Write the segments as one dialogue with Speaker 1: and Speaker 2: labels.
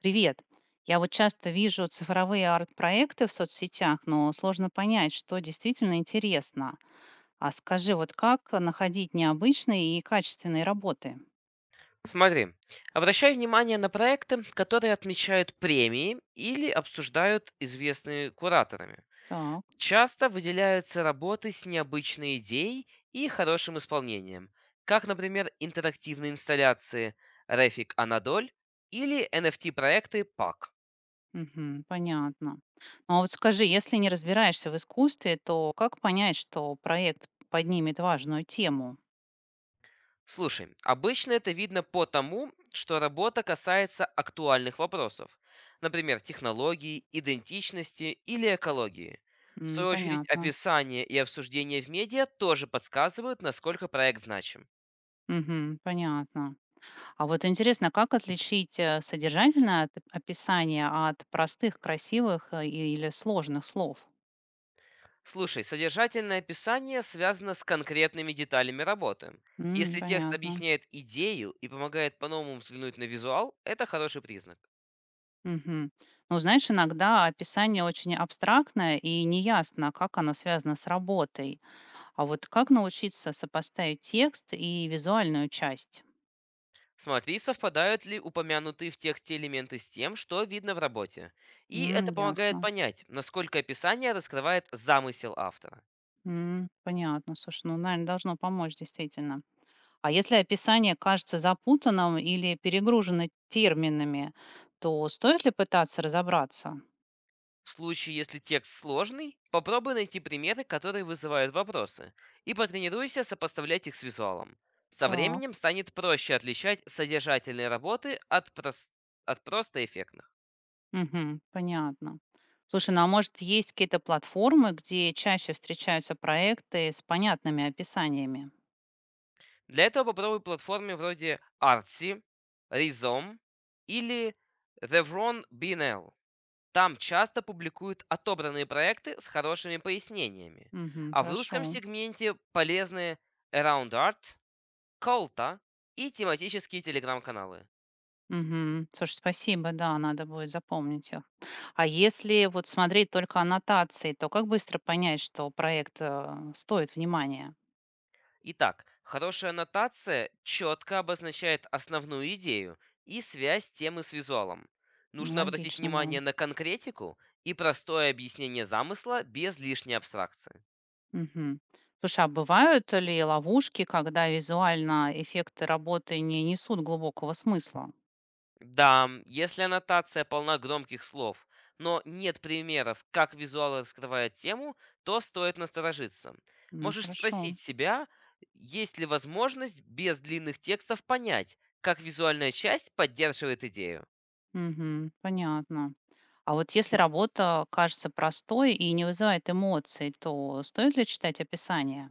Speaker 1: Привет. Я вот часто вижу цифровые арт-проекты в соцсетях, но сложно понять, что действительно интересно. А скажи, вот как находить необычные и качественные работы?
Speaker 2: Смотри, обращай внимание на проекты, которые отмечают премии или обсуждают известные кураторами.
Speaker 1: Так,
Speaker 2: Часто выделяются работы с необычной идеей и хорошим исполнением, как, например, интерактивные инсталляции Рефик Анадоль или NFT-проекты PAC.
Speaker 1: мгм, понятно. Ну а вот скажи, если не разбираешься в искусстве, то как понять, что проект поднимет важную тему?
Speaker 2: Слушай, обычно это видно по тому, что работа касается актуальных вопросов, например, технологий, идентичности или экологии. В
Speaker 1: М,
Speaker 2: свою очередь,
Speaker 1: понятно.
Speaker 2: описание и обсуждение в медиа тоже подсказывают, насколько проект значим.
Speaker 1: Мгм, понятно. А вот интересно, как отличить содержательное описание от простых, красивых или сложных слов?
Speaker 2: Слушай, содержательное описание связано с конкретными деталями работы.
Speaker 1: М,
Speaker 2: Если текст
Speaker 1: понятно.
Speaker 2: объясняет идею и помогает по-новому взглянуть на визуал, это хороший признак.
Speaker 1: Мгм. Ну, знаешь, иногда описание очень абстрактное и неясно, как оно связано с работой. А вот как научиться сопоставить текст и визуальную часть?
Speaker 2: Смотри, совпадают ли упомянутые в тексте элементы с тем, что видно в работе. И
Speaker 1: М,
Speaker 2: это помогает
Speaker 1: ясно.
Speaker 2: понять, насколько описание раскрывает замысел автора.
Speaker 1: М, понятно. Слушай, ну, наверное, должно помочь действительно. А если описание кажется запутанным или перегружено терминами, то стоит ли пытаться разобраться?
Speaker 2: В случае, если текст сложный, попробуй найти примеры, которые вызывают вопросы, и потренируйся сопоставлять их с визуалом. Со
Speaker 1: Так.
Speaker 2: временем станет проще отличать содержательные работы от просто эффектных.
Speaker 1: Мгм. Понятно. Слушай, ну а может есть какие-то платформы, где чаще встречаются проекты с понятными описаниями?
Speaker 2: Для этого попробуй платформы вроде Artsy, Rizom или Revron BNL. Там часто публикуют отобранные проекты с хорошими пояснениями.
Speaker 1: Мгм.
Speaker 2: А в русском
Speaker 1: Хорошо.
Speaker 2: сегменте полезны Around Art, Колта и тематические телеграм-каналы.
Speaker 1: Мгм. Слушай, спасибо, да, надо будет запомнить их. А если вот смотреть только аннотации, то как быстро понять, что проект стоит внимания?
Speaker 2: Итак, хорошая аннотация четко обозначает основную идею и связь темы с визуалом.
Speaker 1: Ну,
Speaker 2: Нужно обратить
Speaker 1: логично, да.
Speaker 2: внимание на конкретику и простое объяснение замысла без лишней абстракции.
Speaker 1: Мгм. Слушай, а бывают ли ловушки, когда визуально эффекты работы не несут глубокого смысла?
Speaker 2: Да, если аннотация полна громких слов, но нет примеров, как визуал раскрывает тему, то стоит насторожиться.
Speaker 1: М,
Speaker 2: Можешь спросить
Speaker 1: хорошо.
Speaker 2: себя, есть ли возможность без длинных текстов понять, как визуальная часть поддерживает идею.
Speaker 1: Мгм. Понятно. А вот если работа кажется простой и не вызывает эмоций, то стоит ли читать описание?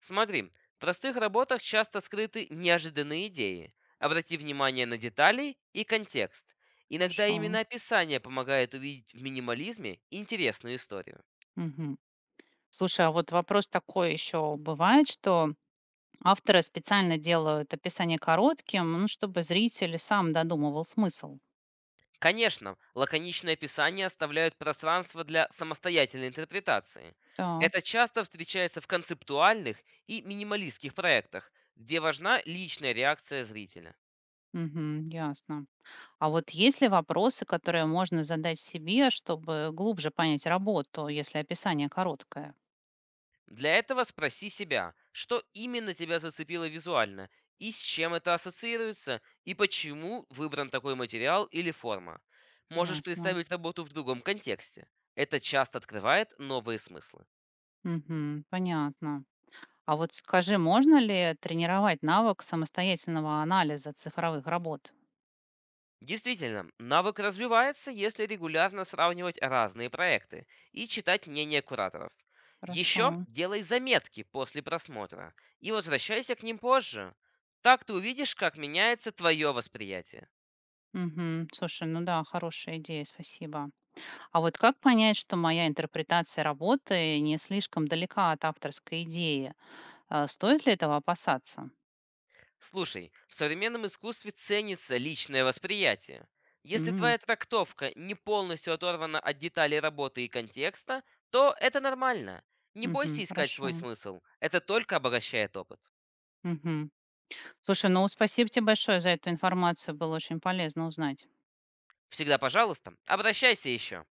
Speaker 2: Смотри, в простых работах часто скрыты неожиданные идеи. Обрати внимание на детали и контекст. Иногда
Speaker 1: Хорошо.
Speaker 2: именно описание помогает увидеть в минимализме интересную историю.
Speaker 1: Мгм. Слушай, а вот вопрос такой еще бывает, что авторы специально делают описание коротким, ну, чтобы зритель сам додумывал смысл.
Speaker 2: Конечно, лаконичные описания оставляют пространство для самостоятельной интерпретации. Это
Speaker 1: Так.
Speaker 2: часто встречается в концептуальных и минималистских проектах, где важна личная реакция зрителя.
Speaker 1: Мгм, ясно. А вот есть ли вопросы, которые можно задать себе, чтобы глубже понять работу, если описание короткое?
Speaker 2: Для этого спроси себя, что именно тебя зацепило визуально, и с чем это ассоциируется, и почему выбран такой материал или форма. Можешь
Speaker 1: Ясно.
Speaker 2: представить работу в другом контексте. Это часто открывает новые смыслы.
Speaker 1: Мгм, понятно. А вот скажи, можно ли тренировать навык самостоятельного анализа цифровых работ?
Speaker 2: Действительно, навык развивается, если регулярно сравнивать разные проекты и читать мнения кураторов.
Speaker 1: Хорошо.
Speaker 2: Еще делай заметки после просмотра и возвращайся к ним позже. Так ты увидишь, как меняется твое восприятие.
Speaker 1: Мгм. Слушай, ну да, хорошая идея, спасибо. А вот как понять, что моя интерпретация работы не слишком далека от авторской идеи? Стоит ли этого опасаться?
Speaker 2: Слушай, в современном искусстве ценится личное восприятие. Если
Speaker 1: М,
Speaker 2: твоя трактовка не полностью оторвана от деталей работы и контекста, то это нормально. Не
Speaker 1: мгм,
Speaker 2: бойся искать свой
Speaker 1: хорошо.
Speaker 2: смысл, это только обогащает опыт.
Speaker 1: Мгм. Слушай, ну спасибо тебе большое за эту информацию, было очень полезно узнать.
Speaker 2: Всегда пожалуйста. Обращайся еще.